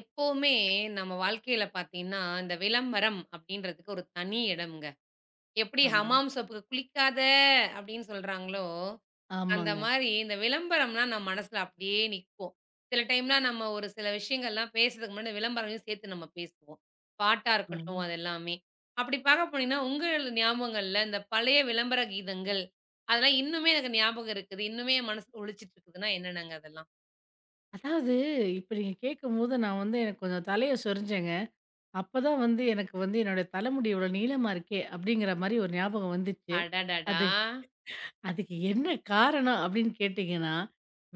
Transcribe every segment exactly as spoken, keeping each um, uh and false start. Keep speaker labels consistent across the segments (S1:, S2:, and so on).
S1: எப்பவுமே நம்ம வாழ்க்கையில பாத்தீங்கன்னா, இந்த விளம்பரம் அப்படின்றதுக்கு ஒரு தனி இடம்ங்க. எப்படி
S2: ஆமாங்க.
S1: ஹமாம் சோப்புக்கு குளிக்காத அப்படின்னு சொல்றாங்களோ, அந்த
S2: ஆமாங்க.
S1: மாரி இந்த விளம்பரம்லாம் நம்ம மனசுல அப்படியே நிக்கும். சில டைம்லாம் நம்ம ஒரு சில விஷயங்கள்லாம் பேசுறதுக்கு முன்னாடி விளம்பரங்களையும் சேர்த்து நம்ம பேசுவோம். பாட்டா
S2: ஆமாங்க.
S1: இருக்கட்டும் அது எல்லாமே. அப்படி பாக்க போனீங்கன்னா, உங்க ஞாபகங்கள்ல இந்த பழைய விளம்பர கீதங்கள், அதெல்லாம் இன்னுமே எனக்கு ஞாபகம் இருக்குது. இன்னுமே என் மனசுல ஒலிச்சிட்டு இருக்குதுன்னா என்னென்னங்க அதெல்லாம்?
S2: அதாவது இப்ப நீங்க கேட்கும்போது நான் வந்து எனக்கு கொஞ்சம் தலைய சொரிஞ்சேங்க. அப்பதான் வந்து எனக்கு வந்து என்னுடைய தலைமுடி இவ்வளோ நீளமா இருக்கே! அப்பிடிங்கிற மாரி ஒரு ஞாபகம் வந்துச்சு.
S1: அடடடா!
S2: அது அதுக்கு என்ன காரணம் அப்பிடின்னு கேட்டீங்கன்னா,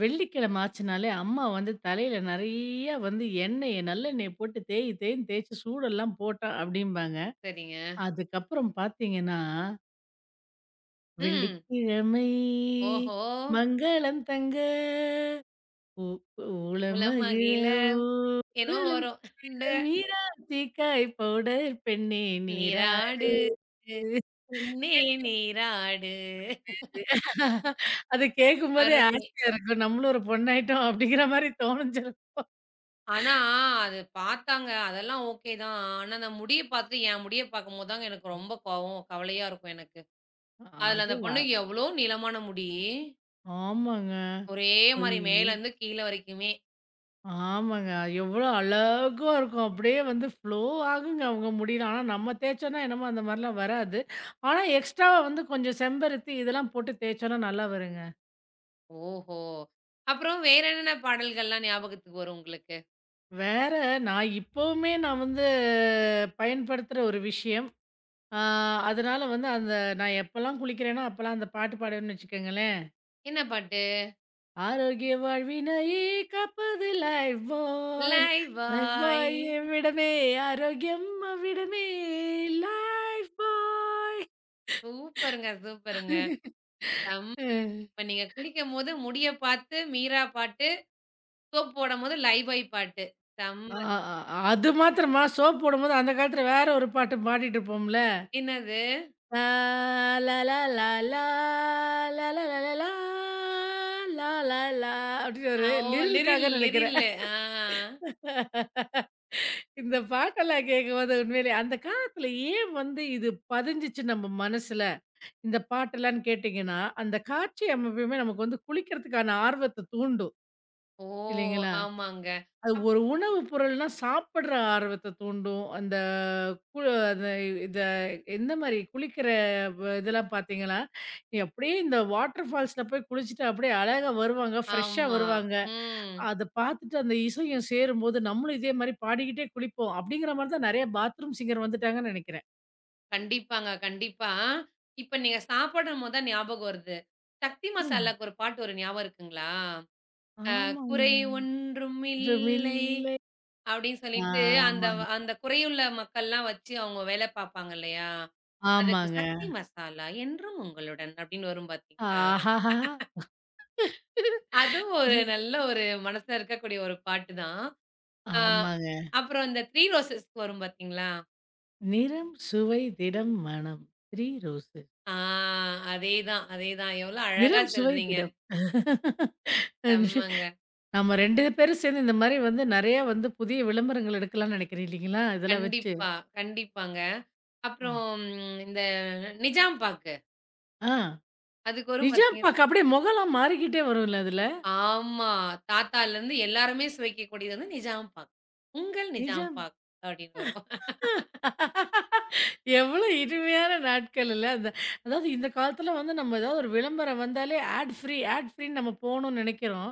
S2: வெள்ளிக்கிழமை ஆச்சுனாலே அம்மா வந்து தலையில நெறைய வந்து எண்ணெய நல்லெண்ணெய போட்டு தேய் தேய்ன்னு தேய்ச்சு சூடெல்லாம் போட்டா அப்பிடிம்பாங்க.
S1: சரிங்க.
S2: அதுக்கப்புறம் பார்த்தீங்கன்னா,
S1: ம்.
S2: வெள்ளிக்கிழமை
S1: ஓஹோ!
S2: மங்களம் தங்க உ உளமகிழ
S1: உலமகில என்னமோ
S2: ஊடலும்
S1: வரும். இந்த
S2: குளிர மீராத்திக்காய் பவுடர் பெண்ணே நீராடு
S1: நீராடு உன்னே
S2: பெண்ணுக்கு
S1: நீராடு.
S2: அது கேட்கும்போதே
S1: அருமை.
S2: ஆசையா இருக்கும். நம்மளும் ஒரு பொண்ணாயிட்டோம் அப்படிங்கிற மாரி தோணுஞ்சிருக்கும்.
S1: ஆனா, அது பார்த்தாங்க. அதெல்லாம் ஓகே தான். ஆனா, அந்த முடிய பார்த்து என் முடிய பார்க்கும்போது தாங்க எனக்கு ரொம்ப கோவம், கவலையா இருக்கும் எனக்கு. அதுல அந்த
S2: அதுவா
S1: பொண்ணுக்கு எவ்வளோ நீளமான முடி.
S2: ஆமாங்க.
S1: ஒரே மாரி
S2: ஐயோ!
S1: மேலேருந்து கீழ வரைக்குமே.
S2: ஆமாங்க. எவ்வளோ அழகா இருக்கும். அப்படியே வந்து ஃப்ளோ ஆகுங்க அவங்க முடியில. ஆனா நம்ம தேய்ச்சோம்னா என்னமோ அந்த மாரிலாம் வராது. ஆனா எக்ஸ்ட்ராவா வந்து கொஞ்சம் செம்பருத்தி இதெல்லாம் போட்டு தேய்ச்சோம்னா நல்லா வருங்க.
S1: ஓஹோ! அப்புறம் வேற என்னென்ன பாடல்கள்லாம் ஞாபகத்துக்கு வரும் உங்களுக்கு?
S2: வேற நான் இப்பவுமே நான் வந்து பயன்படுத்துற ஒரு விஷயம். ஆ அதனால வந்து அந்த நான் எப்பலாம் குளிக்கிறேனோ, அப்பலாம் அந்த பாட்டு பாடுவேன்னு வச்சுக்கோங்களேன்.
S1: என்ன பாட்டு?
S2: ஆரோக்கிய வாழ்வினை காப்பது லைஃப் பாய். லைஃப்
S1: லைவாய்
S2: பாய் எவ்விடமே ஆரோக்கியம் அவ்விடமே லைஃப் பாய்.
S1: சூப்பருங்க, சூப்பருங்க. செம்ம இப்ப நீங்க குளிக்கும்போது முடிய பாத்து, மீரா பாட்டு, சோப் போடம்போது லைவ் பாய் பாட்டு. செம்ம.
S2: அ, அ அது மாத்திரமா சோப் போடும்போது அந்த காலத்துல வேற ஒரு பாட்டு பாடிட்டு இருப்போம்ல.
S1: என்னது?
S2: La la la la la la la la la லா லா லா அப்படின்னு
S1: அ
S2: ஒரு
S1: ஓ! லிரில்,
S2: லிரிலுக்காக நினைக்கிறேன்.
S1: லிரில். ஆ.
S2: இந்த பாட்டெல்லாம் கேட்கும்போது உண்மையிலே அந்த காலத்துல ஏன் வந்து இது பதிஞ்சுச்சு நம்ம மனசுல, இந்த பாட்டெல்லாம்ன்னு கேட்டீங்கன்னா, அந்த காட்சி அமைப்புமே நமக்கு வந்து குளிக்கிறதுக்கான ஆர்வத்த தூண்டும்.
S1: ஓ!
S2: இல்லைங்களா?
S1: ஆமாங்க.
S2: அது
S1: அப்
S2: ஒரு உணவு பொருள்னா சாப்பிடுற ஆர்வத்த தூண்டும். அந்த கு அந்த இத எந்த மாரி குளிக்கிற வ இதெல்லாம் பார்த்தீங்களா, நீ அப்படியே இந்த வாட்டர் ஃபால்ஸ்ல போய் குளிச்சுட்டு அப்படியே அழகா வருவாங்க, ஃப்ரெஷ்ஷா
S1: ஆமா.
S2: வருவாங்க.
S1: ம்.
S2: அத பார்த்துட்டு அந்த இசையும் சேரும்போது, நம்மளும் இதே மாரி பாடிக்கிட்டே குளிப்போம். அப்படிங்கிற மாரி தான் நெறைய பாத்ரூம் சிங்கர் வந்துட்டாங்கன்னு நெனைக்கிறேன்.
S1: கண்டிப்பாங்க, கண்டிப்பா. இப்ப நீங்க சாப்பிடும்போது தான் ஞாபகம் வருது. சக்தி
S2: ம்.
S1: மசாலாக்கு ஒரு பாட்டு வரும் ஞாபகம் இருக்குங்களா? அ
S2: ஆமாங்க.
S1: "குறை ஒன்றும் இல்லை"
S2: குற்றமில்லை.
S1: அப்படின்னு
S2: ஆ,
S1: சொல்லிட்டு அந்த
S2: ஆமாங்க.
S1: அந்த குறையுள்ள மக்கள்லாம் வச்சு அவங்க வேலை பாப்பாங்க இல்லையா? அதுக்கு
S2: ஆமாங்க.
S1: சக்தி மசாலா என்றும் உங்களுடன் அப்படின்னு வரும் பார்த்தீங்களா?
S2: ஆஹாஹா!
S1: அதுவும் ஒரு நல்ல ஒரு மனசுல இருக்கக்கூடிய ஒரு பாட்டு தான். அ
S2: ஆமாங்க.
S1: அப்புறம் இந்த த்ரீ ரோசஸ்க்கு வரும் பார்த்தீங்களா?
S2: நிறம், சுவை, திடம், மனம். Three rose.
S1: ஆ அதேதான், அதேதான். எவ்வளோ அழகா
S2: நிறம் சுவை
S1: சொல்றீங்க.
S2: திடம்.
S1: செம்மங்க.
S2: நம்ம ரெண்டு பேரும் சேர்ந்து இந்த மாரி வந்து நெறைய வந்து புதிய விளம்பரங்கள் எடுக்கலாம்னு நினைக்கிறேன் இல்லைங்களா? இதெல்லாம் வச்சு.
S1: கண்டிப்பா, கண்டிப்பாங்க.
S2: ஆ
S1: அப்புறம் ம், இந்த நிஜாம் பாக்கு.
S2: ஆ.
S1: அதுக்கு வரும்
S2: நிஜாம்
S1: பார்த்தீங்க
S2: பாக் அப்படியே முகம்லாம் மாறிக்கிட்டே வரும்ல அதுல.
S1: ஆமா. தாத்தாலருந்து எல்லாருமே சுவைக்கக்கூடியது வந்து நிஜாம் பாக்கு. உங்கள் நிஜாம்
S2: நிஜாம்
S1: பாக் அப்படின்னு வரும்.
S2: எவ்வளோ இனிமையான நாட்கள் இல்ல. அந்த அதாவது இந்த காலத்துல வந்து நம்ம ஏதாவது ஒரு விளம்பரம் வந்தாலே ஆட் ஃப்ரீ ஆட் ஃப்ரீன்னு நம்ம போணும்னு நினைக்கிறோம்.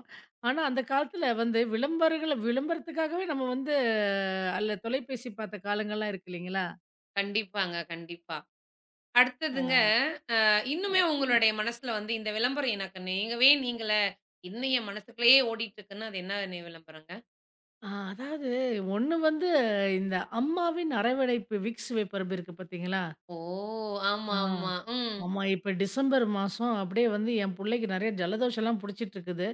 S2: ஆனா அந்த காலத்துல வந்து விளம்பரங்கள விளம்பரத்துக்காகவே நம்ம வந்து அல்ல தொலைபேசி பார்த்த காலங்கள்லாம் இருக்கு இல்லைங்களா?
S1: கண்டிப்பாங்க, கண்டிப்பா.
S2: ஆ.
S1: அடுத்ததுங்க, அ இன்னுமே
S2: ஆ,
S1: உங்களுடைய மனசுல வந்து இந்த விளம்பரம் எனக்கு நீங்கவே நீங்கள, இன்னும் என் மனசுக்குள்ளேயே ஓடிட்டுருக்குன்னா, அது என்ன நி விளம்பரங்க?
S2: ஆ அதாவது ஒண்ணு வந்து இந்த அம்மாவின் அரவணைப்பு விக்ஸ் வேப்பரப்பு இருக்கு பார்த்தீங்களா?
S1: ஓ!
S2: ஆ.
S1: ஆமா, ஆமா. ம்.
S2: ஆமா. இப்ப டிசம்பர் மாசம் அப்படியே வந்து என் புள்ளைக்கு நெறைய ஜலதோஷம்லாம் புடிச்சிட்டு இருக்குது.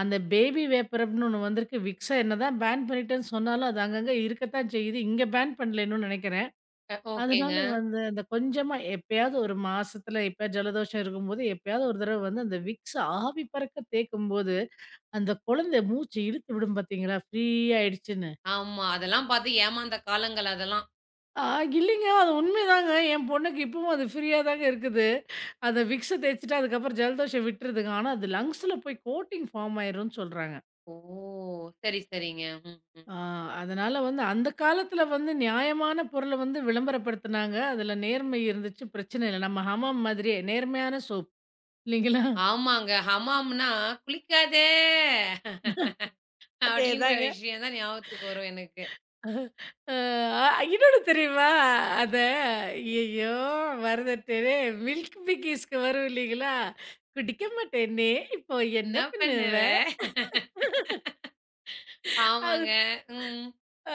S2: அந்த பேபி வேப்பரப்ன்னு ஒண்ணு வந்திருக்கு. விக்ஸ என்னதான் பேன் பண்ணிட்டேன்னு சொன்னாலும், அது அங்கங்க இருக்கத்தான் செய்யுது. இங்க பேன் பண்ணல இன்னும் நெனைக்கிறேன்.
S1: அ
S2: அதனால
S1: ஓகேங்க.
S2: வந்து அந்த கொஞ்சமா எப்பயாவது ஒரு மாசத்துல எப்பயாவது ஜலதோஷம் இருக்கும்போது, எப்பயாவது ஒரு தடவ வந்து அந்த விக்ஸ ஆவி பறக்க தேய்க்கும்போது, அந்த குழந்தை மூச்சு இழுத்து விடும் பார்த்தீங்களா? ஃப்ரீ ஆயிடுச்சுன்னு.
S1: ஆமா. அதெல்லாம் பார்த்து ஏமாந்த காலங்கள் அதெல்லாம்.
S2: ஆ இல்லைங்க. அது உண்மைதாங்க. என் பொண்ணுக்கு இப்பவும் அது ஃப்ரீயா தாங்க இருக்குது. அந்த விக்ஸ தேய்ச்சுட்டு அதுக்கப்புறம் ஜலதோஷம் விட்டுருதுங்க. ஆனா அது லங்ஸ்ல போய் கோட்டிங் ஃபார்ம் ஆயிரும்ன்னு சொல்றாங்க.
S1: ஓ! சரி, சரிங்க. ம், ம்.
S2: ஆ அதனால வந்து அந்த காலத்துல வந்து நியாயமான பொருள வந்து விளம்பரப்படுத்துனாங்க. அதுல நேர்மை இருந்துச்சு. பிரச்சனை இல்ல. நம்ம ஹமாம் மாதிரியே நேர்மையான சோப் இல்லைங்களா?
S1: ஆமாங்க. ஹமாம்னா, "குளிக்காத" அப்படின்ற
S2: அதேதாங்க.
S1: விஷயம் தான் ஞாபகத்துக்கு வரும் எனக்கு.
S2: அ இன்னொன்னு தெரியுமா? அத ஐயய்யோ! மறந்துட்டேனே! மில்க் பிக்கிஸ்க்கு வரும் இல்லைங்களா? குடிக்க மாட்டேனே! இப்போ என்ன
S1: என்ன பண்ணுவ?
S2: பண்ணுவ?
S1: ஆமாங்க.
S2: அது
S1: ம்.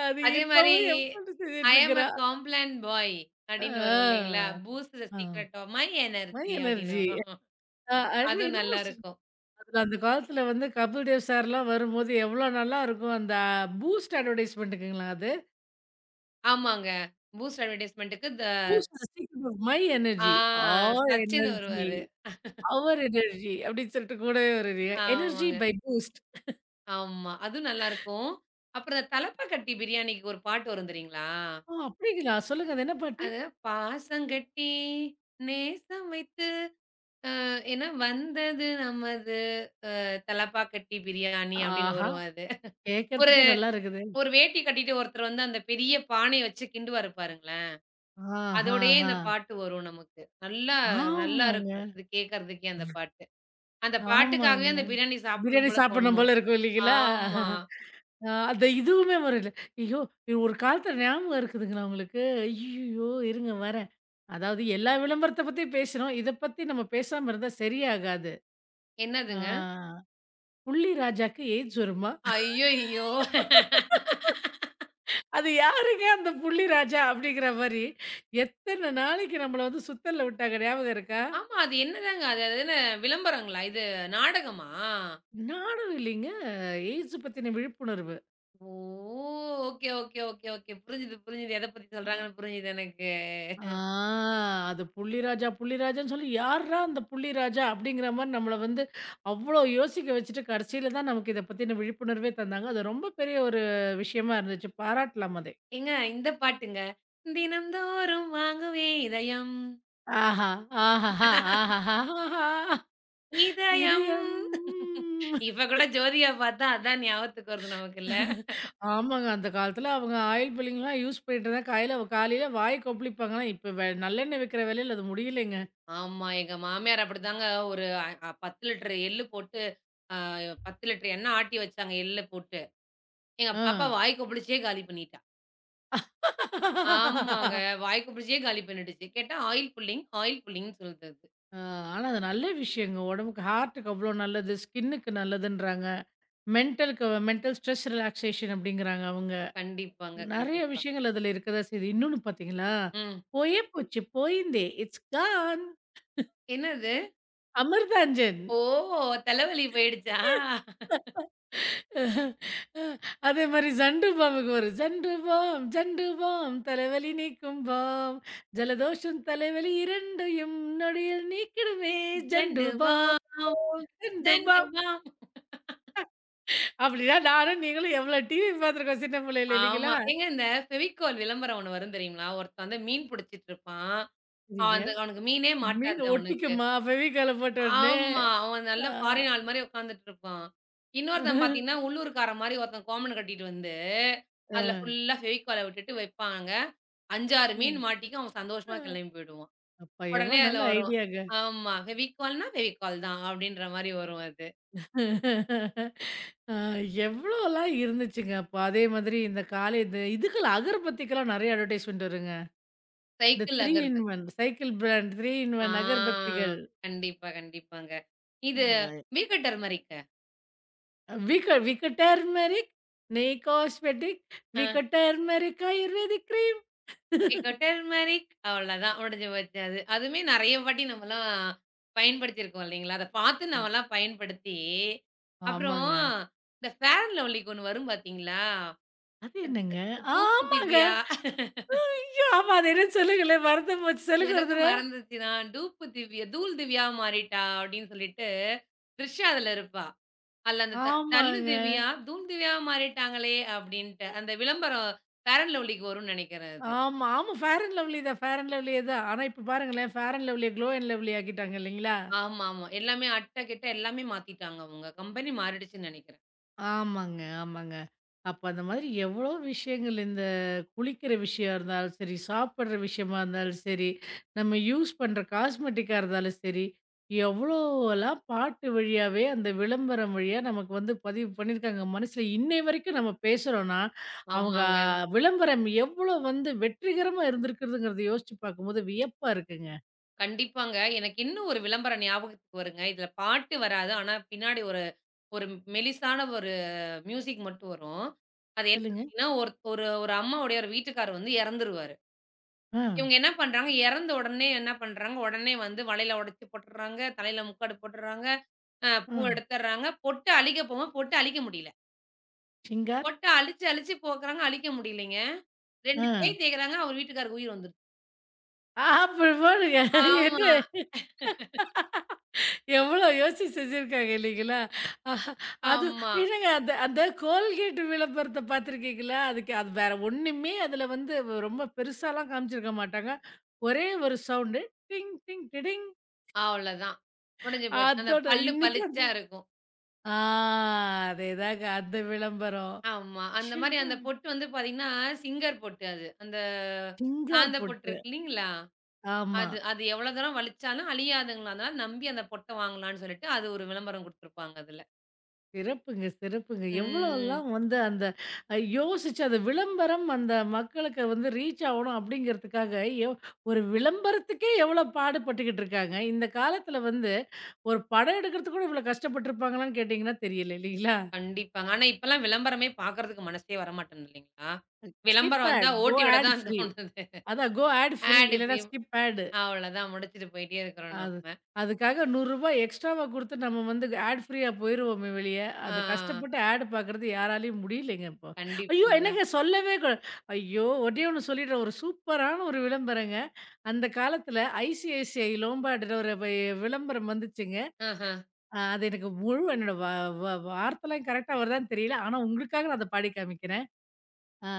S2: அது
S1: அதே மாரி
S2: இப்பவும் எப்டி செஞ்சுட்டு
S1: "ஐ அம் எ
S2: இருக்கிறா.
S1: காம்ப்ளான் பாய்"
S2: ஆ.
S1: அப்படின்னு வரும் இல்லைங்களா? "Boost the
S2: ah.
S1: Secret of my
S2: செம்ம
S1: எனர்ஜி" அப்படின்னு
S2: எனர்ஜி.
S1: வரும்.
S2: அ அது
S1: அதுவும்
S2: இன்னமும் சொ
S1: நல்லாருக்கும்.
S2: அதுல அந்த காலத்துல வந்து கபில் தேவ் சார்லாம் வரும்போது எவ்ளோ நல்லா இருக்கும். அந்த பூஸ்ட் அட்வர்டைஸ்மென்ட்டுக்குங்களா அது?
S1: ஆமாங்க. பூஸ்ட் அட்வர்டைஸ்மென்ட்க்கு த
S2: பூஸ்ட் சீக்கிரம் மை
S1: ஆ
S2: எனர்ஜி, ஆர்
S1: சச்சின்
S2: எனர்ஜி,
S1: வருவாரு.
S2: அவர் எனர்ஜி அப்டின்னு சொல்லிட்டு கூடவே வருது. எனர்ஜி
S1: ஆமாங்க.
S2: By Boost.
S1: ஆமா. அதுவும் நல்லாருக்கும். அப்புறம் இந்த தலப்பக்கட்டி பிரியாணிக்கு ஒரு பாட்டு வரும் தெரியுங்களா?
S2: ஓ! அப்டிங்களா? சொல்லுங்க அது என்ன பாட்டு?
S1: அது "பாசங்கட்டி நேசம் வைத்து அ ஏன்னா வந்தது நமது தலப்பாக்கட்டி பிரியாணி" அப்படின்னு
S2: ஆஹா!
S1: வரும் அது. ஒரு
S2: கேட்கறதுக்கே நல்லா இருக்குது.
S1: ஒரு வேட்டி கட்டிட்டு ஒருத்தர் வந்து அந்த பெரிய பானைய வச்சு கிண்டுவாரு பாருங்களேன். அதோடயே
S2: ஆஹாஹா!
S1: இந்த பாட்டு வரும் நமக்கு. நல்லா நல்லா
S2: ஆமாங்க,
S1: இருக்கும். இது கேட்கறதுக்கே அந்த பாட்டு. அந்த பாட்டுக்காகவே
S2: ஆமாங்க.
S1: அந்த பிரியாணி சாப்பிடணும்
S2: பிரியாணி
S1: போல
S2: சாப்பிடணும்
S1: தோணும்.
S2: போல இருக்கும் இல்லைங்களா?
S1: ஆமா.
S2: அ அந்த இதுவுமே வரல. ஐயோ! இது ஒரு காலத்துல ஞாபகம் இருக்குதுங்களா உங்களுக்கு? ஐய்யய்யோ! இருங்க வரேன். அதாவது எல்லா விளம்பரத்த பத்தியும் பேசினோம். இத பத்தி நம்ம பேசாம இருந்தா சரியாகாது. ஆ
S1: என்னதுங்க?
S2: புள்ளி ராஜாக்கு எய்ட்ஸ் வருமா?
S1: ஐய்யய்யோ!
S2: அது யாருங்க அந்த புள்ளி ராஜா அப்படிங்கிற மாரி, எத்தன நாளைக்கு நம்மள வந்து சுத்தல்ல விட்டாங்க ஞாபகம் இருக்கா?
S1: ஆமா. அது என்னதாங்க அது? அது என்ன விளம்பரங்களா? இது நாடகமா?
S2: நானும் இல்லைங்க. எய்ட்ஸ் பத்தின விழிப்புணர்வு.
S1: ஓ! Okay, okay, okay, okay. புரிஞ்சுது, புரிஞ்சுது. எத பத்தி
S2: ஆ.
S1: சொல்றாங்கன்னு புரிஞ்சுது எனக்கு.
S2: ஆ அது புள்ளிராஜா, புள்ளிராஜான்னு சொல்லி, யார்றா அந்த புள்ளிராஜா? அப்படிங்கிற மாரி நம்மள வந்து அவ்வளோ யோசிக்க வச்சுட்டு, கடைசியில தான் நமக்கு இத பத்தின விழிப்புணர்வே தந்தாங்க. அது ரொம்ப பெரிய ஒரு விஷயமா இருந்துச்சு. பாராட்டலாம் அதை.
S1: ஏங்க இந்த பாட்டுங்க. தினம்தோறும் வாங்குவே இதயம்,
S2: ஆஹா! ஆஹஹா! ஆஹஹாஹாஹா!
S1: இதயம்.
S2: இதயம்
S1: இப்ப கூட ஜோதியா பார்த்தா அதான் ஞாபகத்துக்கு வரும் நமக்குல்ல.
S2: ஆமாங்க. அந்த காலத்துல அவங்க ஆயில் புல்லிங்லாம் யூஸ் பண்ணிட்டு இருந்தா, காலையில காலையில வாய் கொப்பளிப்பாங்கலாம். இப்ப வெ நல்லெண்ணெய் விக்கிற விலையில அது முடியலைங்க.
S1: ஆமா, எங்க மாமியார் அப்படிதாங்க ஒரு அ அ பத்து லிட்டர் எள்ளு போட்டு அ பத்து லிட்டர் எண்ணெய் ஆட்டி வச்சாங்க எள்ள போட்டு. எங்க பாப்பா வாய் கொப்பளிச்சே காலி பண்ணிட்டா. ஆமாங்க.
S2: ஆ.
S1: வாய் கொப்பளிச்சே காலி பண்ணிடுச்சு. கேட்டா ஆயில் புல்லிங், ஆயில் புல்லிங்ன்னு சொல்லுது அது.
S2: ஆ, ஆனா அது நல்ல விஷயங்க. உடம்புக்கு ஹார்ட்டுக்கு அவ்வளோ நல்லது. ஸ்கின்னுக்கு நல்லதுன்றாங்க. மென்டலுக்கு மென்டல் ஸ்ட்ரெஸ் ரிலாக்சேஷன் அப்படிங்கிறாங்க அவங்க.
S1: கண்டிப்பாங்க,
S2: நெறைய
S1: கண்டிப்பா.
S2: விஷயங்கள் அதுல இருக்கதா செய்யுது. இன்னொன்னு பார்த்தீங்களா,
S1: ம்.
S2: "போயே போச்சு போயிந்தே இட்ஸ் கான்
S1: என்னது?
S2: அமிர்தாஞ்சன்."
S1: ஓ! தலைவலி போயிடுச்சா?
S2: அதே மாரி ஜண்டு பாமுக்கு வரும். "ஜண்டு பாம் ஜண்டு பாம் தலைவலி நீக்கும் பாம். ஜலதோஷம் தலைவலி இரண்டையும் நொடியில் நீக்கிடுமே Zandu
S1: Zandu
S2: balm
S1: balm,
S2: Zandu
S1: Zandu
S2: balm."
S1: Balm.
S2: அப்படின்னா நானும் நீங்களும் எவ்வளோ டிவி பார்த்துருக்கோம் சின்ன பிள்ளையில
S1: ஆமா.
S2: இல்லைங்களா?
S1: ஏங்க இந்த ஃபெவிகால் விளம்பரம் ஒண்ணு வரும் தெரியுங்களா? ஒருத்தன் வந்து மீன் புடிச்சிட்டு இருப்பான். அவன்
S2: சரிங்க.
S1: அந்த அவனுக்கு மீனே
S2: மீன்
S1: மாட்டாது அவனுக்கு.
S2: ஒட்டிக்குமா? ஃபெவிகால போட்ட உடனே.
S1: ஆமா. அவன் நல்ல
S2: ஆ.
S1: ஃபாரின் ஆள் மாரி உட்காந்துட்டு இருப்பான். இன்னொருத்தன் பார்த்தீங்கன்னா, உள்ளூர்க்காரன் மாரி ஒருத்தன் கோமணம் கட்டிட்டு வந்து,
S2: அ.
S1: அதுல ஃபுல்லா ஃபெவிக்கால விட்டுட்டு வைப்பாங்க. அஞ்சு, ஆறு மீன்
S2: ம்.
S1: மாட்டிக்கும். அவன் சந்தோஷமா
S2: அ.
S1: கிளம்பி போயிடுவான்.
S2: அப்பா எவ்வளோ
S1: உடனே அதுல
S2: நல்ல
S1: வரும்.
S2: ஐடியாங்க.
S1: ஆமா. ஃபெவிக்கால்னா ஃபெவிக்கால் தான் அப்படின்ற மாரி வரும் அது.
S2: அ எவ்வளோலாம் இருந்துச்சுங்க. அப்போ அதே மாதிரி இந்த காலை இந்த இதுக்கெல்லாம் அகர்பத்திக்கெல்லாம் நெறைய அட்வர்டைஸ்மென்ட் வருங்க. இந்த
S1: cycle
S2: three in
S1: agarbatti.
S2: One cycle brand three in one
S1: ஆ.
S2: அகர்பத்திகள்.
S1: கண்டிப்பா, கண்டிப்பாங்க. இது
S2: அ
S1: வீல் கட்டர் மாரிக்க.
S2: விக விக டர்மெரிக், நெய் cosmetic, Vicco turmeric ayurvedic cream.
S1: Turmeric அவ்வளதான் முடிஞ்சு போச்சு அது. அதுவுமே நெறைய வாட்டி நம்மலாம் பயன்படுத்தியிருக்கோம் இல்லைங்களா? அத பார்த்து நம்மலாம் பயன்படுத்தி, அப்புறம்
S2: ஆமாங்க.
S1: இந்த ஃபேர் அண்ட் லவ்லிக்கு ஒண்ணு வரும் பார்த்தீங்களா?
S2: அது என்னங்க?
S1: டூப்பு
S2: ஆமாங்க.
S1: திவ்யா
S2: ஐயோ! ஆமா அது என்னன்னு சொல்லுங்களேன். மறந்து போச்சு. சொல்லுங்க ஒரு
S1: எனக்கும்
S2: தடவ.
S1: மறந்துருச்சு நான் டூப்பு திவ்யா, தூள் திவ்யா மாறிட்டா அப்படின்னு சொல்லிட்டு த்ரிஷா அதுல இருப்பா. அதுல அந்த த தள்ளு
S2: ஆமாங்க.
S1: திவ்யா, தூள் திவ்யாவா மாறிட்டாங்களே அப்படின்ட்டு. அந்த விளம்பரம் ஃபேர் அண்ட் லவ்லிக்கு வரும்னு நெனைக்கிறேன் அது.
S2: ஆமா, ஆமா. ஃபேர் அண்ட் லவ்லி தான். ஃபேர் அண்ட் லவ்லியே தான். ஆனா இப்ப பாருங்களேன், ஃபேர் அண்ட் லவ்லிய க்ளோ அண்ட் லவ்லி ஆக்கிட்டாங்க இல்லைங்களா?
S1: ஆமாமா. எல்லாமே அட்ட, கிட்ட எல்லாமே மாத்திட்டாங்க அவங்க. கம்பெனி மாறிடுச்சுன்னு நெனைக்கிறேன்.
S2: ஆமாங்க, ஆமாங்க. அப்ப அந்த மாதிரி எவ்வளோ விஷயங்கள் இந்த குளிக்கிற விஷயம் இருந்தாலும் சரி, சாப்பிடுற விஷயமா இருந்தாலும் சரி, நம்ம யூஸ் பண்ற காஸ்மெட்டிக்கா இருந்தாலும் சரி, எவ்வளோலாம் பாட்டு வழியாவே அந்த விளம்பரம் வழியா நமக்கு வந்து பதிவு பண்ணியிருக்காங்க. மனசுல இன்னை வரைக்கும் நம்ம பேசுறோம்னா, அவங்க
S1: ஆமாங்க.
S2: விளம்பரம் எவ்வளோ வந்து வெற்றிகரமா இருந்திருக்குதுங்கிறத யோசிச்சு பார்க்கும்போது வியப்பா இருக்குங்க.
S1: கண்டிப்பாங்க. எனக்கு இன்னும் ஒரு விளம்பரம் ஞாபகத்துக்கு வருங்க. இதுல பாட்டு வராது. ஆனா பின்னாடி ஒரு ஒரு மெலிசான ஒரு மியூசிக் மட்டும் வரும். அது என்ன
S2: சொல்லுங்க.
S1: அப்டின்னா, ஒரு ஒரு ஒரு அம்மாவுடைய ஒரு வீட்டுக்காரர் வந்து இறந்துருவாரு.
S2: ஆ,
S1: இவங்க என்ன பண்றாங்க, இறந்த உடனே என்ன பண்றாங்க, உடனே வந்து வளையல உடைச்சு போட்டுர்றாங்க. தலையில முக்காடு போட்டுர்றாங்க. அ பூ
S2: ஆ,
S1: எடுத்துர்றாங்க. பொட்டு அழிக்க போகும்போது பொட்டு அழிக்க முடியல.
S2: சிங்கார்.
S1: பொட்ட அழிச்சு அழிச்சு போக்குறாங்க. அழிக்க முடியலைங்க.
S2: ஆ,
S1: ரெண்டு தேய் தேய்க்கிறாங்க. அவர் வீட்டுக்காருக்கு உயிர் வந்துருச்சு.
S2: ஆ அப்படி பாருங்க என்ன?
S1: ஆமா,
S2: எவ்வளோ யோசிச்சு செஞ்சிருக்காங்க இல்லைங்களா? அஹ், அது
S1: ஆமா.
S2: என்னங்க அந்த அந்த கோல்கேட் விளம்பரத்த பார்த்துருக்கீங்களா? அதுக்கு அது வேற ஒண்ணுமே அதுல வந்து ரொம்ப பெருசாலாம் காமிச்சிருக்க மாட்டாங்க. ஒரே ஒரு சவுண்டு டிங் டிங் டிடிங்
S1: அவ்வளதான். உடைஞ்சு போச்சு. அந்த
S2: அதோட
S1: பல்லு
S2: இன்னைக்கும் அது
S1: பளிச்சா இருக்கும்.
S2: ஆ அதேதாங்க அந்த விளம்பரம்.
S1: ஆமா. அந்த மாரி
S2: ஷேனா.
S1: அந்த பொட்டு வந்து பார்த்தீங்கன்னா, சிங்கர் பொட்டு அது. அந்த
S2: சிங்கார்
S1: சாந்த பொட்டு
S2: பொட்டு.
S1: இருக்கு இல்லீங்களா?
S2: ஆமா.
S1: அது அது எவ்வளோ தூரம் வலிச்சாலும் அழியாதுங்களாம். அதனால நம்பி அந்த பொட்ட வாங்கலான்னு சொல்லிட்டு, அது ஒரு விளம்பரம் குடுத்துருப்பாங்க அதுல.
S2: சிறப்புங்க, சிறப்புங்க.
S1: ம்.
S2: எவ்வளோலாம் வந்து அந்த அ யோசிச்சு அந்த விளம்பரம் அந்த மக்களுக்கு வந்து ரீச் ஆவணும் அப்படிங்கிறதுக்காக, எவ் ஒரு விளம்பரத்துக்கே எவ்வளோ பாடுபட்டுக்கிட்டு இருக்காங்க. இந்த காலத்தில வந்து ஒரு படம் எடுக்கிறதுக்கு கூட இவ்வளோ கஷ்டப்பட்டுருப்பாங்களான்னு கேட்டிங்கன்னா தெரியல இல்லைங்களா?
S1: கண்டிப்பாங்க. ஆனா இப்பலாம் விளம்பரமே பார்க்கறதுக்கு மனசே வரமாட்டேங்குது இல்லீங்களா?
S2: ஸ்கிப்
S1: விளம்பரம் வந்தா
S2: ஆட், கோ
S1: ஓட்டி விட
S2: ஆட்
S1: தான்
S2: ஃப்ரீ.
S1: தோணுது.
S2: அதான் கோ ஆட் ஃப்ரீ
S1: ஆட்
S2: இல்லன்னா
S1: இப்பயும்
S2: ஸ்கிப் ஆட்.
S1: அவ்வளதான் முடிச்சுட்டு போயிட்டே இருக்கிறோம்
S2: அது
S1: நம்ம.
S2: அதுக்காக ரூ. நூறு எக்ஸ்ட்ராவா குடுத்து நம்ம வந்து ஆட் ஃப்ரீயா போயிருவோமே வெளிய.
S1: ஆ.
S2: அது கஷ்டப்பட்டு ஆட் பார்க்கறது யாராலயும் முடியலைங்க இப்போ. ஐயோ!
S1: கண்டிப்பாங்க.
S2: என்னங்க சொல்லவே கூ ஐயோ! ஒண்ணே ஒண்ணு சொல்லிடுறேன். ஒரு சூப்பரான ஒரு விளம்பரங்க. அந்த காலத்தில ஐசிஐசிஐ லோம்பார்டுல ஒரு வி விளம்பரம் வந்துச்சுங்க.
S1: ஆஹ.
S2: அ அது எனக்கு முழு என்னோட வ வ வார்த்தைலாம் கரெக்ட்டா வருதான்னு தெரியல. ஆனா, உங்களுக்காக நான் அத பாடி காமிக்கிறேன். ஆ.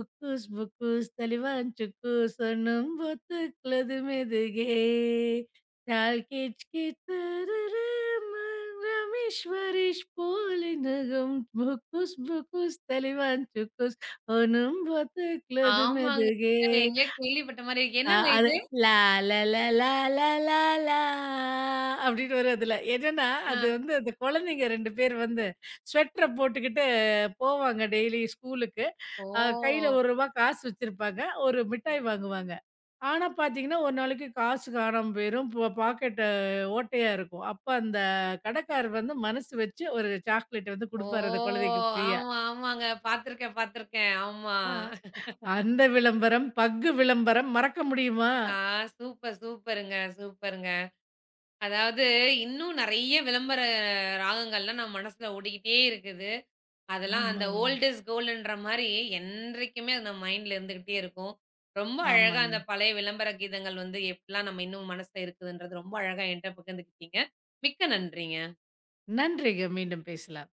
S2: உக்கூஸ் புக்கூஸ் தலிவான் சுக்கூஸ் ஒண்ணும் ஒத்துக்களது மெதுகே டால் கீச் கீச் தரரம் ரமேஸ்வரீஷ் போலி நகும் புக்கூஸ் புக்கூஸ் தலிவான் சுக்கூஸ் ஒண்ணும் ஒத்துக்களது
S1: ஆமாங்க.
S2: மெதுகே
S1: எங்கேயோ கேள்விப்பட்ட மாரி இருக்கு.
S2: ஆ
S1: என்னங்க
S2: அது
S1: இது?
S2: லா லா லா லா லா லா லா அப்படின்னு வரும் அதுல. என்னன்னா,
S1: ஆ.
S2: அது வந்து அந்த குழந்தைங்க ரெண்டு பேர் வந்து ஸ்வெட்டர போட்டுக்கிட்டு போவாங்க டெய்லி ஸ்கூலுக்கு. அ கையில
S1: ஓ!
S2: ரூ. ஒரு காசு வச்சிருப்பாங்க. ஒரு மிட்டாய் வாங்குவாங்க. ஆனா பார்த்தீங்கன்னா, ஒரு நாளைக்கு காசு காணாம போயிரும். ப பாக்கெட்டு ஓட்டையா இருக்கும். அப்ப அந்த கடைக்காரர் வந்து மனசு வச்சு ஒரு சாக்லேட் வந்து
S1: ஓ!
S2: குடுப்பாரு அந்த குழந்தைக்கு ஃப்ரீயா.
S1: ஆமா, ஆமாங்க. பார்த்துருக்கேன், பார்த்துருக்கேன். ஆமா.
S2: ஆ அந்த விளம்பரம், பக்கு விளம்பரம் மறக்க முடியுமா?
S1: ஆ சூப்பர், சூப்பருங்க, சூப்பருங்க. அதாவது இன்னும் நெறைய விளம்பர ராகங்கள்லாம் நம்ம மனசுல ஓடிக்கிட்டே இருக்குது. அதெல்லாம் அந்த
S2: ஆமாங்க,
S1: ஓல்ட் இஸ் கோல்டுன்ற மாரி என்றைக்குமே அது நம்ம மைண்ட்ல இருந்துகிட்டே இருக்கும். ரொம்ப அழகா
S2: ஆமாங்க.
S1: அந்த பழைய விளம்பர கீதங்கள் வந்து எப்படிலாம் நம்ம இன்னும் மனசுல இருக்குதுன்றது ரொம்ப அழகா என்ட்ட பகிர்ந்துக்கிட்டீங்க. மிக்க நன்றிங்க.
S2: நன்றிங்க. மீண்டும் பேசலாம்.